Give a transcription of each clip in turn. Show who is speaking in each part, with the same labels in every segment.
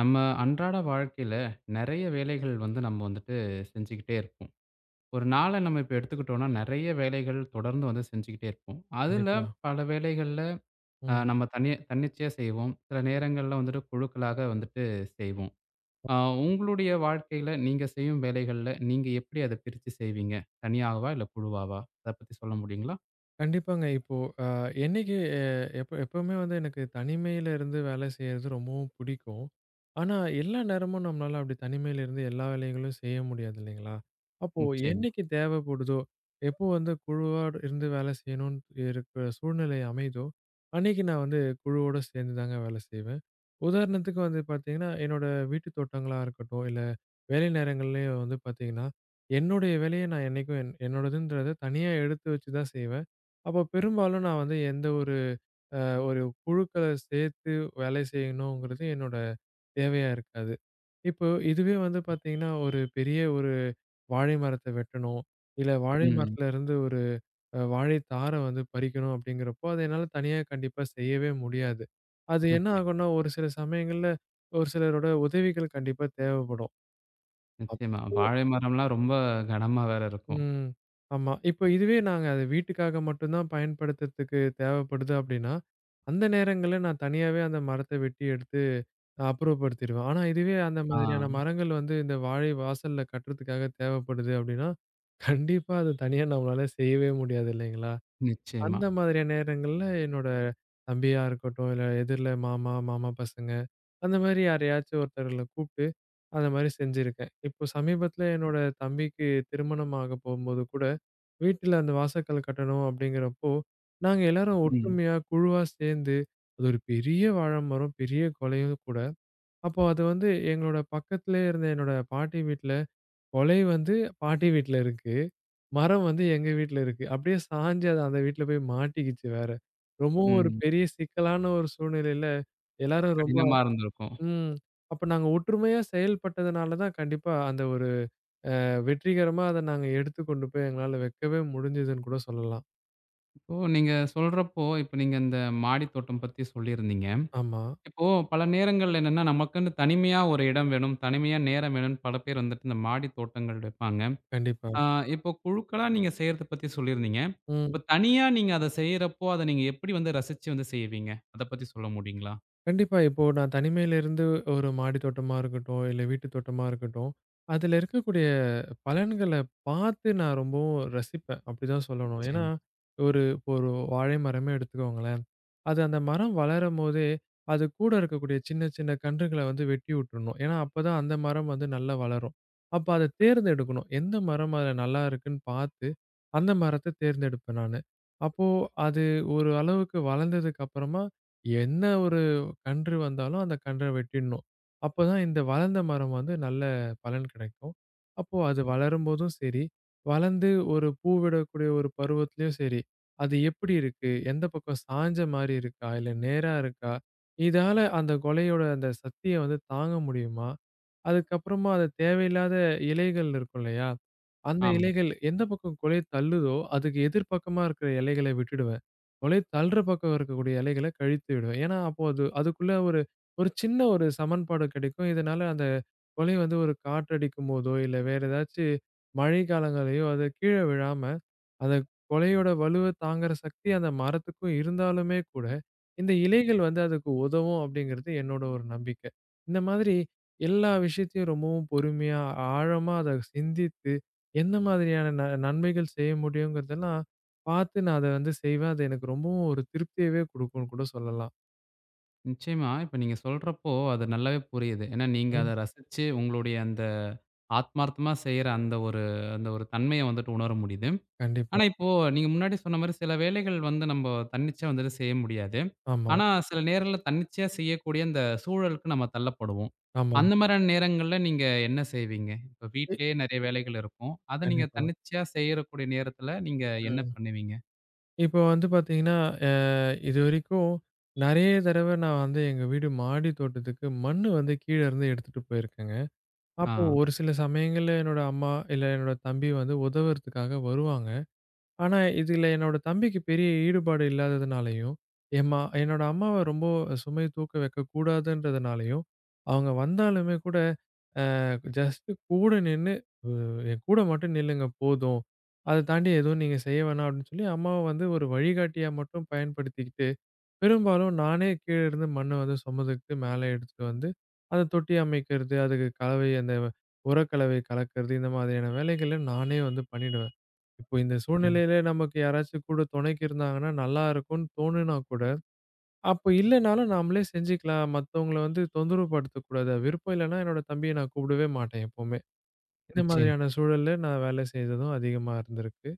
Speaker 1: நம்ம அன்றாட வாழ்க்கையில நிறைய வேலைகள் வந்து நம்ம செஞ்சுக்கிட்டே இருப்போம். ஒரு நாள நம்ம இப்ப எடுத்துக்கிட்டோம்னா, நிறைய வேலைகள் தொடர்ந்து வந்து செஞ்சுக்கிட்டே இருப்போம். அதுல
Speaker 2: கண்டிப்பா.
Speaker 1: பல வேலைகள்ல
Speaker 2: ம்.
Speaker 1: நம்ம தன்னிச்சையா செய்வோம். சில நேரங்கள்ல வந்துட்டு குழுக்களாக வந்துட்டு செய்வோம். அ உங்களுடைய வாழ்க்கையில நீங்க செய்யும் வேலைகள்ல நீங்க எப்படி அத பிரிச்சு செய்வீங்க? தனியாவா? இல்ல குழுவாவா? அத பத்தி சொல்ல முடியுங்களா?
Speaker 2: கண்டிப்பாங்க. இப்போ அ என்னைக்கு எ எப்ப எப்பவுமே வந்து எனக்கு தனிமையில இருந்து வேலை செய்யறது ரொம்பவும் பிடிக்கும். ஆனா, எல்லா நேரமும் நம்மளால அப்படி தனிமையில இருந்து எல்லா வேலைகளும் செய்ய முடியாது இல்லைங்களா? அப்போ
Speaker 1: நிச்சயமா.
Speaker 2: என்னைக்கு தேவைப்படுதோ, எப்போ வந்து குழுவா இருந்து வேலை செய்யணும்னு இருக்கிற சூழ்நிலை அமையுதோ, அன்னைக்கு நான் வந்து குழுவோட சேர்ந்து தாங்க வேலை செய்வேன். உதாரணத்துக்கு வந்து பார்த்தீங்கன்னா, என்னோட வீட்டு தோட்டங்களா இருக்கட்டும், இல்ல வேலை நேரங்கள்லயும் வந்து பார்த்தீங்கன்னா, என்னுடைய வேலைய நான் என்னைக்கும் என்னோடதுன்றத தனியா எடுத்து வச்சு தான் செய்வேன். அப்ப பெரும்பாலும் நான் வந்து எந்த ஒரு அ ஒரு குழுக்கள சேர்த்து வேலை செய்யணுங்கிறது என்னோட தேவையா இருக்காது. இப்போ இதுவே வந்து பார்த்தீங்கன்னா, ஒரு பெரிய வாழை மரத்த வெட்டணும், இல்ல வாழை
Speaker 1: ம்.
Speaker 2: மரத்துல இருந்து ஒரு வாழை தார வந்து பறிக்கணும் அப்படிங்கிறப்போ, அத என்னால தனியா கண்டிப்பா செய்யவே முடியாது. அது என்ன
Speaker 1: நிச்சயமா,
Speaker 2: ஆகும்னா, ஒரு சில சமயங்கள்ல ஒரு சிலரோட உதவிகள் கண்டிப்பா தேவைப்படும்.
Speaker 1: நிச்சயமா. வாழை மரம்லாம் ரொம்ப கனமா வேற இருக்கும்.
Speaker 2: ம். ஆமா. இப்ப இதுவே நாங்க அது வீட்டுக்காக மட்டும் தான் பயன்படுத்துறதுக்கு தேவைப்படுது அப்படின்னா, அந்த நேரங்கள்ல நான் தனியாவே அந்த மரத்த வெட்டி எடுத்து அப்புறப்படுத்திருவேன். ஆனா இதுவே அந்த
Speaker 1: ஆ,
Speaker 2: மாதிரியான மரங்கள் வந்து இந்த வாழை வாசல்ல கட்டுறதுக்காக தேவைப்படுது அப்படின்னா, கண்டிப்பா அது தனியா நம்மளால செய்யவே முடியாது இல்லைங்களா?
Speaker 1: நிச்சயமா.
Speaker 2: அந்த மாதிரியான நேரங்கள்ல என்னோட தம்பியா இருக்கட்டும், இல்ல எதிர்ல மாமா, மாமா பசங்க அந்த மாரி யாரையாச்சும் ஒருத்தர்கள கூப்ட்டு அந்த மாரி செஞ்சிருக்கேன். இப்போ சமீபத்தில என்னோட தம்பிக்கு திருமணம் ஆக போகும்போது கூட வீட்ல அந்த வாசக்கல் கட்டணும் அப்படிங்கிறப்போ, நாங்க எல்லாரும்
Speaker 1: ம்.
Speaker 2: ஒற்றுமையா குழுவா சேர்ந்து, அது ஒரு பெரிய வாழை மரம், பெரிய கொலையும் கூட. அப்போ அது வந்து எங்களோட பக்கத்திலேயே இருந்த என்னோட பாட்டி வீட்ல, கொலை வந்து பாட்டி வீட்ல இருக்கு. மரம் வந்து எங்க வீட்ல இருக்கு. அப்படியே சாஞ்சு அது அந்த வீட்ல போய் மாட்டிக்கிச்சு வேற. ரொம்பவும் ஒரு
Speaker 1: ம்.
Speaker 2: பெரிய சிக்கலான ஒரு சூழ்நிலையில எல்லாரும் ரொம்ப.
Speaker 1: கடினமா இருந்திருக்கும்.
Speaker 2: ம். அப்ப நாங்க ஒற்றுமையா செயல்பட்டதுனால தான் கண்டிப்பா அந்த ஒரு வெற்றிகரமா அத நாங்க எடுத்து கொண்டு போய் எங்களால வைக்கவே முடிஞ்சதுன்னு கூட சொல்லலாம்.
Speaker 1: இப்போ நீங்க சொல்றப்போ, இப்ப நீங்க இந்த மாடித்தோட்டம் பத்தி சொல்லியிருந்தீங்க.
Speaker 2: ஆமா.
Speaker 1: இப்போ பல நேரங்கள்ல என்னன்னா, நமக்குன்னு தனிமையா ஒரு இடம் வேணும், தனிமையா நேரம் வேணும்னு பல பேர் வந்துட்டு இந்த மாடித் தோட்டங்கள் வைப்பாங்க.
Speaker 2: கண்டிப்பா.
Speaker 1: ஆ, இப்போ குழுக்களா நீங்க செய்றத பத்தி சொல்லியிருந்தீங்க. இப்ப
Speaker 2: ம்.
Speaker 1: தனியா நீங்க அத செய்றப்போ, அத நீங்க எப்படி வந்து ரசிச்சு வந்து செய்வீங்க? அத பத்தி சொல்ல முடியுங்களா?
Speaker 2: கண்டிப்பா. இப்போ நான் தனிமையில இருந்து ஒரு மாடி தோட்டமா இருக்கட்டும், இல்ல வீட்டு தோட்டமா இருக்கட்டும், அதுல இருக்கக்கூடிய பலன்கள பார்த்து நான் ரொம்பவும் ரசிப்பேன். அப்படிதான் சொல்லணும். ஏன்னா,
Speaker 1: நிச்சயமா.
Speaker 2: இப்போ ஒரு வாழை மரமே எடுத்துக்கோங்களேன். அது அந்த மரம் வளரும்போதே, அது கூட இருக்கக்கூடிய சின்ன சின்ன கன்றுகள வந்து வெட்டி விட்டுறணும். ஏன்னா, அப்பதான் அந்த மரம் வந்து நல்லா வளரும். அப்ப அத தேர்ந்தெடுக்கணும். எந்த மரம் அதுல நல்லா இருக்குன்னு பார்த்து, அந்த மரத்த தேர்ந்தெடுப்பேன் நானு. அப்போ அது ஒரு அளவுக்கு வளர்ந்ததுக்கு அப்புறமா, என்ன ஒரு கன்று வந்தாலும் அந்த கன்ற வெட்டிடணும். அப்பதான் இந்த வளர்ந்த மரம் வந்து நல்ல பலன் கிடைக்கும். அப்போ அது வளரும்போதும் சரி, வளர்ந்து ஒரு பூ விடக்கூடிய ஒரு பருவத்திலயும் சரி, அது எப்படி இருக்கு? எந்த பக்கம் சாய்ஞ்ச மாரி இருக்கா? இல்ல நேரா இருக்கா? இதால அந்த கொலையோட அந்த சக்திய வந்து தாங்க முடியுமா? அதுக்கப்புறமா அது தேவையில்லாத இலைகள் இருக்கும் இல்லையா? அந்த
Speaker 1: ஆமா.
Speaker 2: இலைகள் எந்த பக்கம் குலைய தள்ளுதோ, அதுக்கு எதிர் பக்கமா இருக்கிற இலைகள விட்டுடுவேன். குலைய தள்ளுற பக்கம் இருக்கக்கூடிய இலைகள கழித்து விடுவேன். ஏன்னா, அப்போ அது அதுக்குள்ள ஒரு ஒரு சின்ன ஒரு சமன்பாடு கிடைக்கும். இதனால அந்த கொலை வந்து ஒரு காற்றடிக்கும்போதோ, இல்ல வேற ஏதாச்சு மழை காலங்கள்லயோ அது கீழ விழாம, அந்த கொலையோட வலுவ தாங்குற சக்தி அந்த மரத்துக்கும் இருந்தாலுமே கூட, இந்த இலைகள் வந்து அதுக்கு உதவும் அப்படிங்கிறது என்னோட ஒரு நம்பிக்கை. இந்த மாதிரி எல்லா விஷயத்தையும் ரொம்பவும் பொறுமையா, ஆழமா அத சிந்தித்து, என்ன மாதிரியான நன்மைகள் செய்ய முடியுங்கிறதெல்லாம் பார்த்து நான் அத வந்து செய்வேன். அது எனக்கு ரொம்பவும் ஒரு திருப்தியவே குடுக்கும்னு கூட சொல்லலாம்.
Speaker 1: நிச்சயமா. இப்ப நீங்க சொல்றப்போ, அது நல்லாவே புரியுது. ஏன்னா நீங்க அத
Speaker 2: ம்.
Speaker 1: ரசிச்சு உங்களுடைய அந்த ஆத்மார்த்தமா செய்ற அந்த ஒரு அந்த ஒரு தன்மைய வந்துட்டு உணர முடியுது.
Speaker 2: கண்டிப்பா.
Speaker 1: ஆனா, இப்போ நீங்க முன்னாடி சொன்ன மாரி சில வேலைகள் வந்து நம்ப தன்னிச்சையா வந்துட்டு செய்ய முடியாது.
Speaker 2: ஆமா,
Speaker 1: ஆனா, சில நேரங்கள்ல தன்னிச்சையா செய்யக்கூடிய அந்த சூழலுக்கு நம்ம தள்ளப்படுவோம். அந்த
Speaker 2: ஆமாங்க.
Speaker 1: மாரியான நேரங்கள்ல நீங்க என்ன செய்வீங்க? இப்ப
Speaker 2: இ-
Speaker 1: வீட்லயே நெறைய வேலைகள் இருக்கும். அத நீங்க
Speaker 2: கண்டிப்பா.
Speaker 1: தன்னிச்சையா செய்யறக்கூடிய நேரத்துல நீங்க என்ன
Speaker 2: ம்.
Speaker 1: பண்ணுவீங்க?
Speaker 2: இப்போ வந்து பார்த்தீங்கன்னா, அ இதுவரைக்கும் நெறைய தடவ நான் வந்து எங்க வீடு மாடி தோட்டத்துக்கு மண்ணு வந்து கீழ இருந்து எடுத்துட்டு போயிருக்கேங்க.
Speaker 1: ஆ.
Speaker 2: அப்போ ஒரு சில சமயங்கள்ல என்னோட அம்மா, இல்ல என்னோட தம்பி வந்து உதவுறதுக்காக வருவாங்க. ஆனா இதுல என்னோட தம்பிக்கு பெரிய ஈடுபாடு இல்லாததுனாலயும், என்னோட அம்மாவ ரொம்ப சுமை தூக்க வைக்கக்கூடாதுன்றதுனாலயும், அவங்க வந்தாலுமே கூட ஜஸ்ட் கூட நின்னு, "அ என் கூட மட்டும் நில்லுங்க போதும். அத தாண்டி எதுவும் நீங்க செய்ய வேணாம்" அப்படின்னு சொல்லி அம்மாவ வந்து ஒரு வழிகாட்டியா மட்டும் பயன்படுத்திக்கிட்டு, பெரும்பாலும் நானே கீழ இருந்து மண்ண வந்து சுமந்துக்கிட்டு மேல எடுத்துட்டு வந்து, அத தொட்டி அமைக்கிறது, அதுக்கு கலவை அந்த உரக்கலவை கலக்கிறது, இந்த மாதிரியான வேலைகள நானே வந்து பண்ணிடுவேன். இப்போ இந்த
Speaker 1: ம்.
Speaker 2: சூழ்நிலையில நமக்கு யாராச்சும் கூட துணைக்கு இருந்தாங்கன்னா நல்லா இருக்கும்னு தோணுனா கூட, அப்ப இல்லனாலும் நாமளே செஞ்சுக்கலாம். மத்தவங்கள வந்து தொந்தரவு படுத்தக்கூடாது. விருப்பம் இல்லன்னா என்னோட தம்பிய நான் கூப்பிடவே மாட்டேன் எப்பவுமே. இந்த
Speaker 1: நிச்சயம்.
Speaker 2: மாதிரியான சூழல்ல நான் வேலை செய்ததும் அதிகமா இருந்திருக்கு.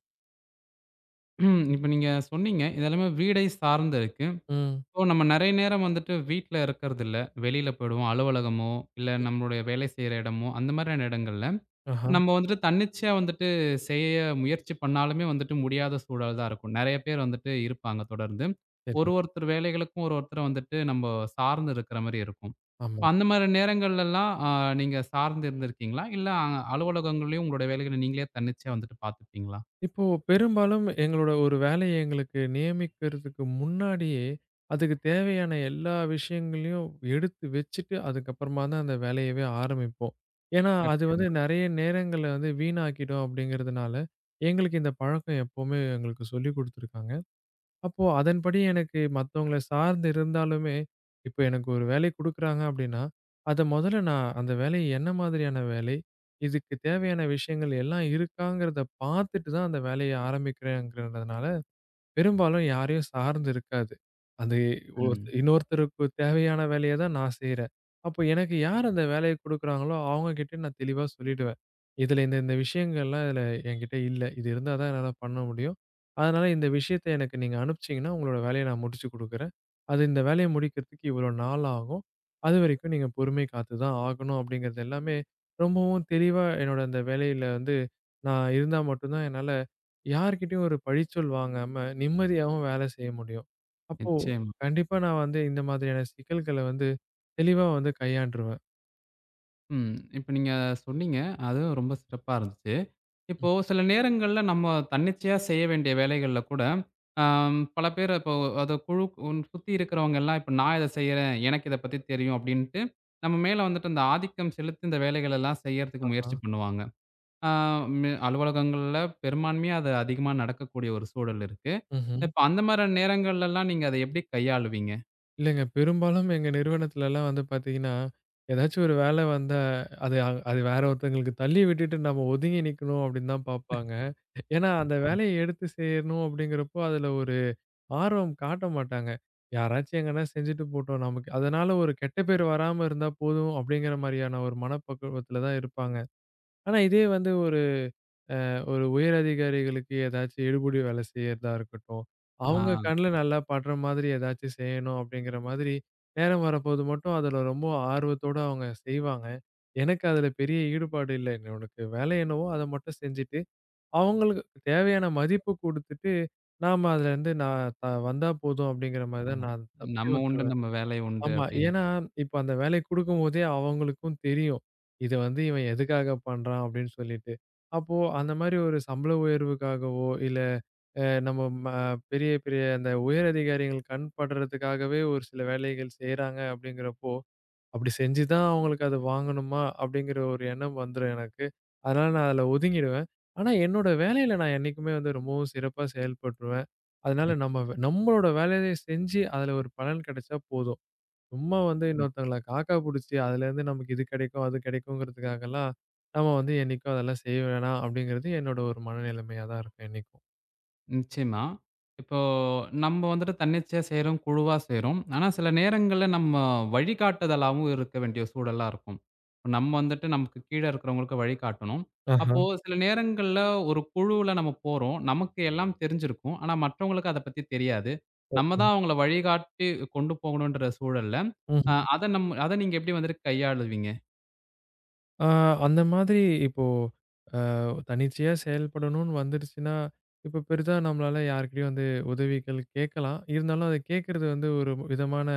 Speaker 1: இப்ப நீங்க சொன்னீங்க, இதெல்லாமே வீடை சார்ந்து இருக்கு.
Speaker 2: ம்.
Speaker 1: இப்போ நம்ம நெறைய நேரம் வந்துட்டு வீட்ல இருக்கறதில்ல. வெளியில போயிடுவோம். அலுவலகமோ, இல்ல நம்மளுடைய வேலை செய்ற இடமோ, அந்த மாரியான இடங்கள்ல.
Speaker 2: ஆஹா,
Speaker 1: நம்ம வந்துட்டு தன்னிச்சையா வந்துட்டு செய்ய முயற்சி பண்ணாலுமே வந்துட்டு முடியாத சூழல் தான் இருக்கும். நெறைய பேர் வந்துட்டு இருப்பாங்க தொடர்ந்து.
Speaker 2: சரி.
Speaker 1: ஒருத்தர் வேலைகளுக்கும் ஒருத்தர வந்துட்டு நம்ம சார்ந்து இருக்கிற மாரி இருக்கும்.
Speaker 2: ஆமா.
Speaker 1: இப்ப அந்த மாரி நேரங்கள்லலாம் நீங்க சார்ந்து இருந்திருக்கீங்களா? இல்ல அலுவலகங்கள்லயும் உங்களோட வேலைகள நீங்களே தன்னிச்சையா வந்துட்டு பார்த்துப்பீங்களா?
Speaker 2: இப்போ பெரும்பாலும் எங்களோட ஒரு வேலைய எங்களுக்கு நியமிக்கிறதுக்கு முன்னாடியே, அதுக்கு தேவையான எல்லா விஷயங்களையும் எடுத்து வச்சுட்டு, அதுக்கப்புறமா தான் அந்த வேலையவே ஆரம்பிப்போம். ஏன்னா, அது வந்து
Speaker 1: கட்டாயம்.
Speaker 2: நெறைய நேரங்கள வந்து வீணாக்கிடும் அப்படிங்கிறதுனால, எங்களுக்கு இந்த பழக்கம் எப்பவுமே எங்களுக்கு சொல்லிக் குடுத்துருக்காங்க. அப்போ அதன்படி எனக்கு மத்தவங்கள சார்ந்து இருந்தாலுமே, இப்ப எனக்கு ஒரு வேலை குடுக்குறாங்க அப்டின்னா, அத மொதல்ல நான் அந்த வேலை என்ன மாதிரியான வேலை? இதுக்கு தேவையான விஷயங்கள் எல்லாம் இருக்காங்கிறத பார்த்துட்டு தான் அந்த வேலைய ஆரம்பிக்கிறேங்கிறதுனால பெரும்பாலும் யாரையும் சார்ந்து இருக்காது. அது ஒரு
Speaker 1: ம்.
Speaker 2: இன்னொருத்தருக்கு தேவையான வேலைய தான் நான் செய்றேன். அப்போ எனக்கு யார் அந்த வேலைய குடுக்குறாங்களோ, அவங்க கிட்ட நான் தெளிவா சொல்லிடுவேன். இதுல இந்த இந்த விஷயங்கள்லாம் இதுல என்கிட்ட இல்ல. இது இருந்தா தான் என்னால பண்ண முடியும். அதனால இந்த விஷயத்த எனக்கு நீங்க அனுப்பிச்சீங்கன்னா, உங்களோட வேலைய நான் முடிச்சு குடுக்குறேன். அது இந்த வேலைய முடிக்கிறதுக்கு இவ்வளோ நாள் ஆகும். அதுவரைக்கும் நீங்க பொறுமை காத்து தான் ஆகணும் அப்படிங்கிறது எல்லாமே ரொம்பவும் தெளிவா என்னோட அந்த வேலையில வந்து நான் இருந்தா மட்டும் தான் என்னால யார்கிட்டயும் ஒரு பழிச்சொல் வாங்காம நிம்மதியாவும் வேலை செய்ய முடியும். அப்போ
Speaker 1: நிச்சயம்.
Speaker 2: கண்டிப்பா நான் வந்து இந்த மாதிரியான சிக்கல்கள வந்து தெளிவா வந்து கையாண்டுருவேன்.
Speaker 1: ம். இப்ப நீங்க சொன்னீங்க. அதுவும் ரொம்ப சிறப்பா இருந்துச்சு.
Speaker 2: ம்.
Speaker 1: இப்போ சில நேரங்கள்ல நம்ம தன்னிச்சையா செய்ய வேண்டிய வேலைகள்ல கூட, ஆம் பல பேர் இப்போ அது குழு உன் சுத்தி இருக்கிறவங்க எல்லாம் இப்போ நான் இத செய்றேன். எனக்கு இத பத்தி தெரியும் அப்டின்ட்டு, நம்ம மேல வந்துட்டு அந்த ஆதிக்கம் செலுத்தி இந்த வேலைகள் எல்லாம் செய்யறதுக்கு
Speaker 2: ஆ.
Speaker 1: முயற்சி பண்ணுவாங்க. ஆ ம் அலுவலகங்கள்ல பெரும்பான்மையா அது அதிகமா நடக்கக்கூடிய ஒரு சூழல் இருக்கு.
Speaker 2: ம்ஹ்ம்.
Speaker 1: இப்ப அந்த மாரி நேரங்கள்லலாம் நீங்க அத எப்டி கையாளுவீங்க?
Speaker 2: இல்லங்க. பெரும்பாலும் எங்க நிறுவனத்துலலாம் வந்து பார்த்தீங்கன்னா, ஏதாச்சும் ஒரு வேலை வந்தா அது வேற ஒருத்தங்களுக்கு தள்ளி விட்டுட்டு நம்ம ஒதுங்கி நிக்கணும் அப்படின்னு தான் பார்ப்பாங்க. ஏன்னா அந்த வேலைய எடுத்து செய்யணும் அப்படிங்கிறப்போ அதுல ஒரு ஆர்வம் காட்ட மாட்டாங்க. யாராச்சும் எங்கன்னா செஞ்சுட்டு போட்டோம். நமக்கு அதனால ஒரு கெட்ட பேர் வராம இருந்தா போதும் அப்படிங்கிற மாரியான ஒரு மனப்பக்குவத்துல தான் இருப்பாங்க. ஆனா இதே வந்து ஒரு ஒரு உயர் அதிகாரிகளுக்கு ஏதாச்சும் எடுபிடி வேலை செய்யறதா இருக்கட்டும்,
Speaker 1: ஆ
Speaker 2: அவங்க கண்ல நல்லா படுற மாதிரி ஏதாச்சும் செய்யணும் அப்படிங்கிற மாதிரி, நேரம் வரப்போது மட்டும் அதுல ரொம்ப ஆர்வத்தோட அவங்க செய்வாங்க. எனக்கு அதுல பெரிய ஈடுபாடு இல்ல. எனக்கு வேலை என்னவோ அத மட்டும் செஞ்சுட்டு அவங்களுக்கு தேவையான மதிப்பு குடுத்துட்டு, நாம அதுலருந்து நான் வந்தா போதும் அப்படிங்கிற மாரி தான்
Speaker 1: அதான்.
Speaker 2: நான் தப்பிச்சு
Speaker 1: நம்ம உண்டு,
Speaker 2: வந்துருவேன்.
Speaker 1: நம்ம வேலை உண்டு
Speaker 2: ஆமா.
Speaker 1: அப்டின்னு.
Speaker 2: ஏன்னா, இப்ப அந்த வேலைய குடுக்கும்போதே அவங்களுக்கும் தெரியும். இத வந்து இவன் எதுக்காக பண்றான் அப்படின்னு சொல்லிட்டு. அப்போ அந்த மாரி ஒரு சம்பள உயர்வுக்காகவோ, இல்ல அ நம்ம ம பெரிய பெரிய அந்த உயர் அதிகாரிகள் கண் படுறதுக்காகவே ஒரு சில வேலைகள் செய்றாங்க அப்படிங்கிறப்போ, அப்படி செஞ்சு தான் அவங்களுக்கு அத வாங்கணுமா? அப்படிங்கிற ஒரு எண்ணம் வந்துரும் எனக்கு. அதனால நான் அதுல ஒதுங்கிடுவேன். ஆனா என்னோட வேலையில நான் என்னைக்குமே வந்து ரொம்பவும் சிறப்பா செயல்பட்டுருவேன். அதனால
Speaker 1: நிச்
Speaker 2: நம்மளோட வேலைய செஞ்சு அதுல ஒரு பலன் கிடைச்சா போதும். சும்மா வந்து இன்னொருத்தங்கள காக்கா புடிச்சு அதுலேருந்து நமக்கு இது கிடைக்கும், அது கிடைக்குங்கிறதுக்காகலாம் நம்ம வந்து என்னைக்கும் அதெல்லாம் செய்ய வேணாம் அப்படிங்கிறது என்னோட ஒரு மனநிலைமையா தான் இருக்கும் என்னைக்கும்.
Speaker 1: நிச்சயமா. இப்போ நம்ம வந்துட்டு தன்னிச்சையா செய்றோம், குழுவா செய்றோம். ஆனா சில நேரங்கள்ல நம்ம வழிகாட்டுதலாவும் இருக்க வேண்டிய சூழலா இருக்கும். இப்ப நம்ம வந்துட்டு நமக்கு கீழ இருக்கிறவங்களுக்கு வழிகாட்டணும்.
Speaker 2: ஆஹா.
Speaker 1: அப்போ சில நேரங்கள்ல ஒரு குழுவுல நம்ம போறோம். நமக்கு எல்லாம் தெரிஞ்சிருக்கும். ஆனா மற்றவங்களுக்கு அத பத்தி தெரியாது. நம்ம
Speaker 2: ஓஹோ.
Speaker 1: தான் அவங்கள வழிகாட்டி கொண்டு போகணுன்ற சூழல்ல, அ
Speaker 2: ம்ஹ்ம்.
Speaker 1: அத நம் அத நீங்க எப்படி வந்துட்டு கையாளுவீங்க?
Speaker 2: ஆ அந்த மாதிரி இப்போ தன்னிச்சையா செயல்படணும்னு வந்துடுச்சுன்னா, இப்ப பெரிதா நம்மளால யார்கிட்டயும் வந்து உதவிகள் கேட்கலாம். இருந்தாலும் அத கேட்கறது வந்து ஒரு விதமான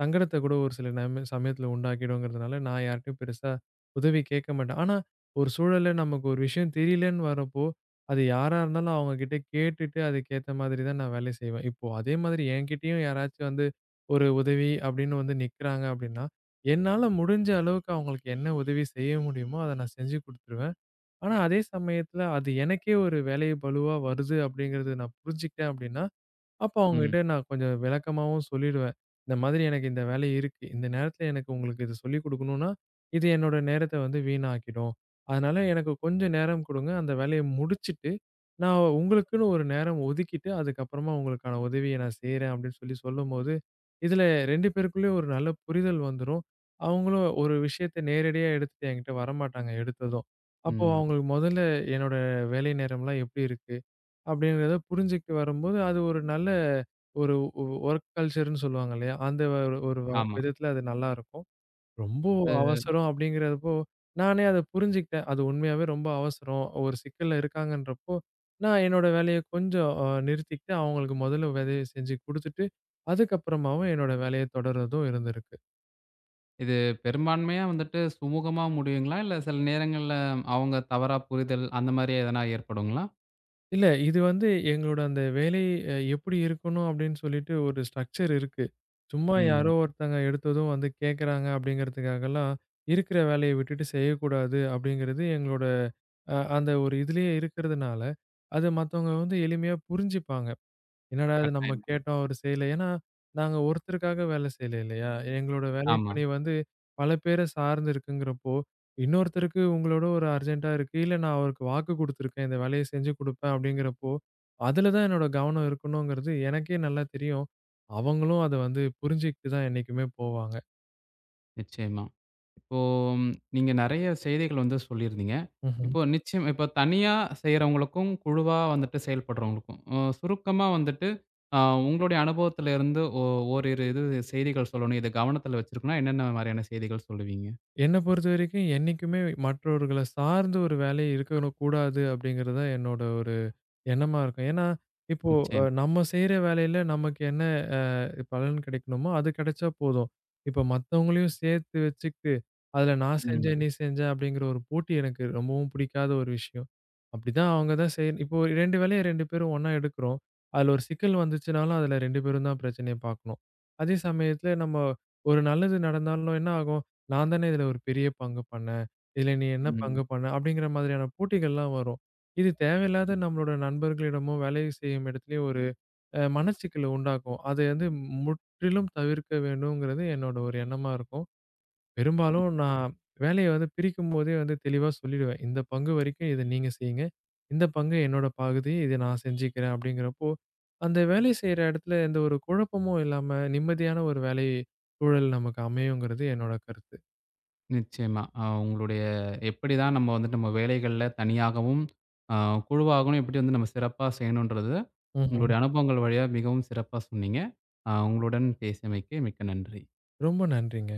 Speaker 2: சங்கடத்த கூட ஒரு சில சமயத்துல உண்டாக்கிடுங்கிறதுனால, நான் யார்ட்டயும் பெருசா உதவி கேட்க மாட்டேன். ஆனா, ஒரு சூழல்ல நமக்கு ஒரு விஷயம் தெரியலன்னு வரப்போ, அது யாரா இருந்தாலும் அவங்க கிட்ட கேட்டுட்டு அதுக்கேத்த மாதிரி தான் நான் வேலை செய்வேன். இப்போ அதே மாதிரி என்கிட்டயும் யாராச்சும் வந்து ஒரு உதவி அப்படின்னு வந்து நிக்கிறாங்க அப்படின்னா, என்னால முடிஞ்ச அளவுக்கு அவங்களுக்கு என்ன உதவி செய்ய முடியுமோ, அத நான் செஞ்சு குடுத்துருவேன். ஆனா, அதே சமயத்துல அது எனக்கே ஒரு வேலை பளுவா வருது அப்படிங்கிறது நான் புரிஞ்சுக்கிட்டேன் அப்படின்னா, அப்ப
Speaker 1: ம்,
Speaker 2: அவங்ககிட்ட நான் கொஞ்சம் விளக்கமாவும் சொல்லிடுவேன். இந்த மாதிரி எனக்கு இந்த வேலை இருக்கு. இந்த நேரத்துல எனக்கு உங்களுக்கு இது சொல்லிக் குடுக்கணும்னா, இது என்னோட நேரத்த வந்து வீணாக்கிடும். அதனால எனக்கு கொஞ்சம் நேரம் குடுங்க. அந்த வேலைய முடிச்சுட்டு, நான் உங்களுக்குன்னு ஒரு நேரம் ஒதுக்கிட்டு, அதுக்கப்புறமா உங்களுக்கான உதவிய நான் செய்றேன் அப்படின்னு சொல்லி சொல்லும்போது, இதுல 2 பேருக்குள்ளயும் ஒரு நல்ல புரிதல் வந்துரும். அவங்களும் ஒரு விஷயத்த நேரடியா எடுத்துட்டு என்கிட்ட வரமாட்டாங்க எடுத்ததும். அப்போ
Speaker 1: ம்.
Speaker 2: அவங்களுக்கு முதல்ல என்னோட வேலை நேரம்லாம் எப்படி இருக்கு? அப்படிங்கிறத புரிஞ்சுகிட்டு வரும்போது, அது ஒரு நல்ல ஒரு வொர்க் கல்ச்சர்ன்னு சொல்லுவாங்க இல்லையா? அந்த ஒரு ஒரு ஆமா.
Speaker 1: ஆமா.
Speaker 2: விதத்துல அது நல்லாருக்கும். ரொம்ப ம். அவசரம் அப்படிங்கிறப்போ, நானே அத புரிஞ்சுக்கிட்டேன். அது உண்மையாவே ரொம்ப அவசரம். ஒரு சிக்கல்ல இருக்காங்கன்றப்போ, நான் என்னோட வேலைய கொஞ்சம் நிறுத்திக்கிட்டு, அவங்களுக்கு மொதல்ல உதவி செஞ்சு குடுத்துட்டு, அதுக்கப்புறமாவும் என்னோட வேலைய தொடர்றதும் இருந்திருக்கு.
Speaker 1: இது பெரும்பான்மையா வந்துட்டு சுமூகமா முடியுங்களா? இல்ல சில நேரங்கள்ல அவங்க தவறா புரிதல் அந்த மாரி எதனா ஏற்படுங்களா?
Speaker 2: இல்ல. இது வந்து எங்களோட அந்த வேலை எப்படி இருக்கணும் அப்படின்னு சொல்லிட்டு ஒரு ஸ்ட்ரக்சர் இருக்கு. சும்மா
Speaker 1: ம்.
Speaker 2: யாரோ ஒருத்தங்க எடுத்ததும் வந்து கேட்கறாங்க அப்படிங்கிறதுக்காகலாம், இருக்கிற வேலைய விட்டுட்டு செய்யக்கூடாது அப்படிங்கிறது எங்களோட அந்த ஒரு இதுலயே இருக்கிறதுனால, அது மத்தவங்க வந்து எளிமையா புரிஞ்சுப்பாங்க. என்னடா இது நம்ம
Speaker 1: கட்டாயமா.
Speaker 2: கேட்டோம் அவரு செய்யல. ஏன்னா, நாங்க ஒருத்தருக்காக வேலை செய்யல இல்லையா? எங்களோட
Speaker 1: ஆமா.
Speaker 2: வேலைப்பணி வந்து பல பேர சார்ந்து இருக்குங்கிறப்போ, இன்னொருத்தருக்கு உங்களோட ஒரு அர்ஜென்ட்டா இருக்கு. இல்ல நான் அவருக்கு வாக்கு குடுத்துருக்கேன். இந்த வேலைய செஞ்சு குடுப்பேன் அப்படிங்கிறப்போ, அதுல தான் என்னோட கவனம் இருக்கணுங்கிறது எனக்கே நல்லா தெரியும். அவங்களும் அத வந்து புரிஞ்சுக்கிட்டு தான் என்னைக்குமே போவாங்க.
Speaker 1: நிச்சயமா. இப்போ ம், நீங்க நெறைய செய்திகள் வந்து சொல்லியிருந்தீங்க.
Speaker 2: ம்ஹ்ம்.
Speaker 1: இப்போ நிச்சயம் இப்போ தனியா செய்றவங்களுக்கும், குழுவா வந்துட்டு செயல்படுறவங்களுக்கும், சுருக்கமா வந்துட்டு அ உங்களுடைய அனுபவத்துல இருந்து ஓரிரு இது செய்திகள் சொல்லணும். இத கவனத்துல வச்சிருக்கணும்னா, என்னென்ன மாரியான செய்திகள் சொல்லுவீங்க?
Speaker 2: என்ன பொறுத்தவரைக்கும் என்னைக்குமே மற்றவர்கள சார்ந்து ஒரு வேலை இருக்கணும் கூடாது அப்படிங்கிறது தான் என்னோட ஒரு எண்ணமா இருக்கும். ஏன்னா, இப்போ
Speaker 1: நிச்சயம்.
Speaker 2: நம்ம செய்ற வேலையில நமக்கு என்ன அ பலன் கிடைக்கணுமோ, அது கிடைச்சா போதும். இப்ப மத்தவங்களையும் சேர்த்து வச்சுக்கிட்டு, அதுல நான்
Speaker 1: ம்.
Speaker 2: செஞ்சேன், நீ செஞ்ச அப்படிங்கிற ஒரு போட்டி எனக்கு ரொம்பவும் பிடிக்காத ஒரு விஷயம். அப்படிதான் அவங்க தான் இப்போ 2 வேலைய 2 பேரும் ஒண்ணா எடுக்கிறோம். அதுல ஒரு சிக்கல் வந்துச்சுனாலும், அதுல 2 பேரும் தான் பிரச்சனைய பார்க்கணும். அதே சமயத்துல நம்ம ஒரு நல்லது நடந்தாலும் என்ன ஆகும்? நான் தானே இதுல ஒரு பெரிய பங்கு பண்ணேன். இதுல நீ என்ன
Speaker 1: ம்.
Speaker 2: பங்கு பண்ண? அப்படிங்கிற மாதிரியான போட்டிகள்லாம் வரும். இது தேவையில்லாத நம்மளோட நண்பர்களிடமோ, வேலை செய்யும் இடத்திலேயோ ஒரு மனச்சிக்கல உண்டாக்கும். அது வந்து முற்றிலும் தவிர்க்க வேண்டும்ங்கிறது என்னோட ஒரு எண்ணமா இருக்கும். பெரும்பாலும் நான் வேலைய வந்து பிரிக்கும்போதே வந்து தெளிவா சொல்லிடுவேன். இந்த பங்கு வரைக்கும் இத நீங்க செய்யுங்க. இந்த பங்கு என்னோட பகுதி. இத நான் செஞ்சுக்கிறேன் அப்படிங்கிறப்போ, அந்த வேலை செய்ற இடத்துல எந்த ஒரு குழப்பமும் இல்லாம நிம்மதியான ஒரு வேலை சூழல் நமக்கு அமையுங்கிறது என்னோட கருத்து.
Speaker 1: நிச்சயமா. உங்களுடைய எப்படி தான் நம்ம வந்துட்டு நம்ம வேலைகள்ல தனியாகவும், அ குழுவாகவும் எப்படி வந்து நம்ம சிறப்பா செய்யணுன்றது,
Speaker 2: ம்ஹ்ம்.
Speaker 1: உங்களுடைய அனுபவங்கள் வழியா மிகவும் சிறப்பா சொன்னீங்க. உங்களுடன் பேசியமைக்கு மிக்க நன்றி.
Speaker 2: ரொம்ப நன்றிங்க.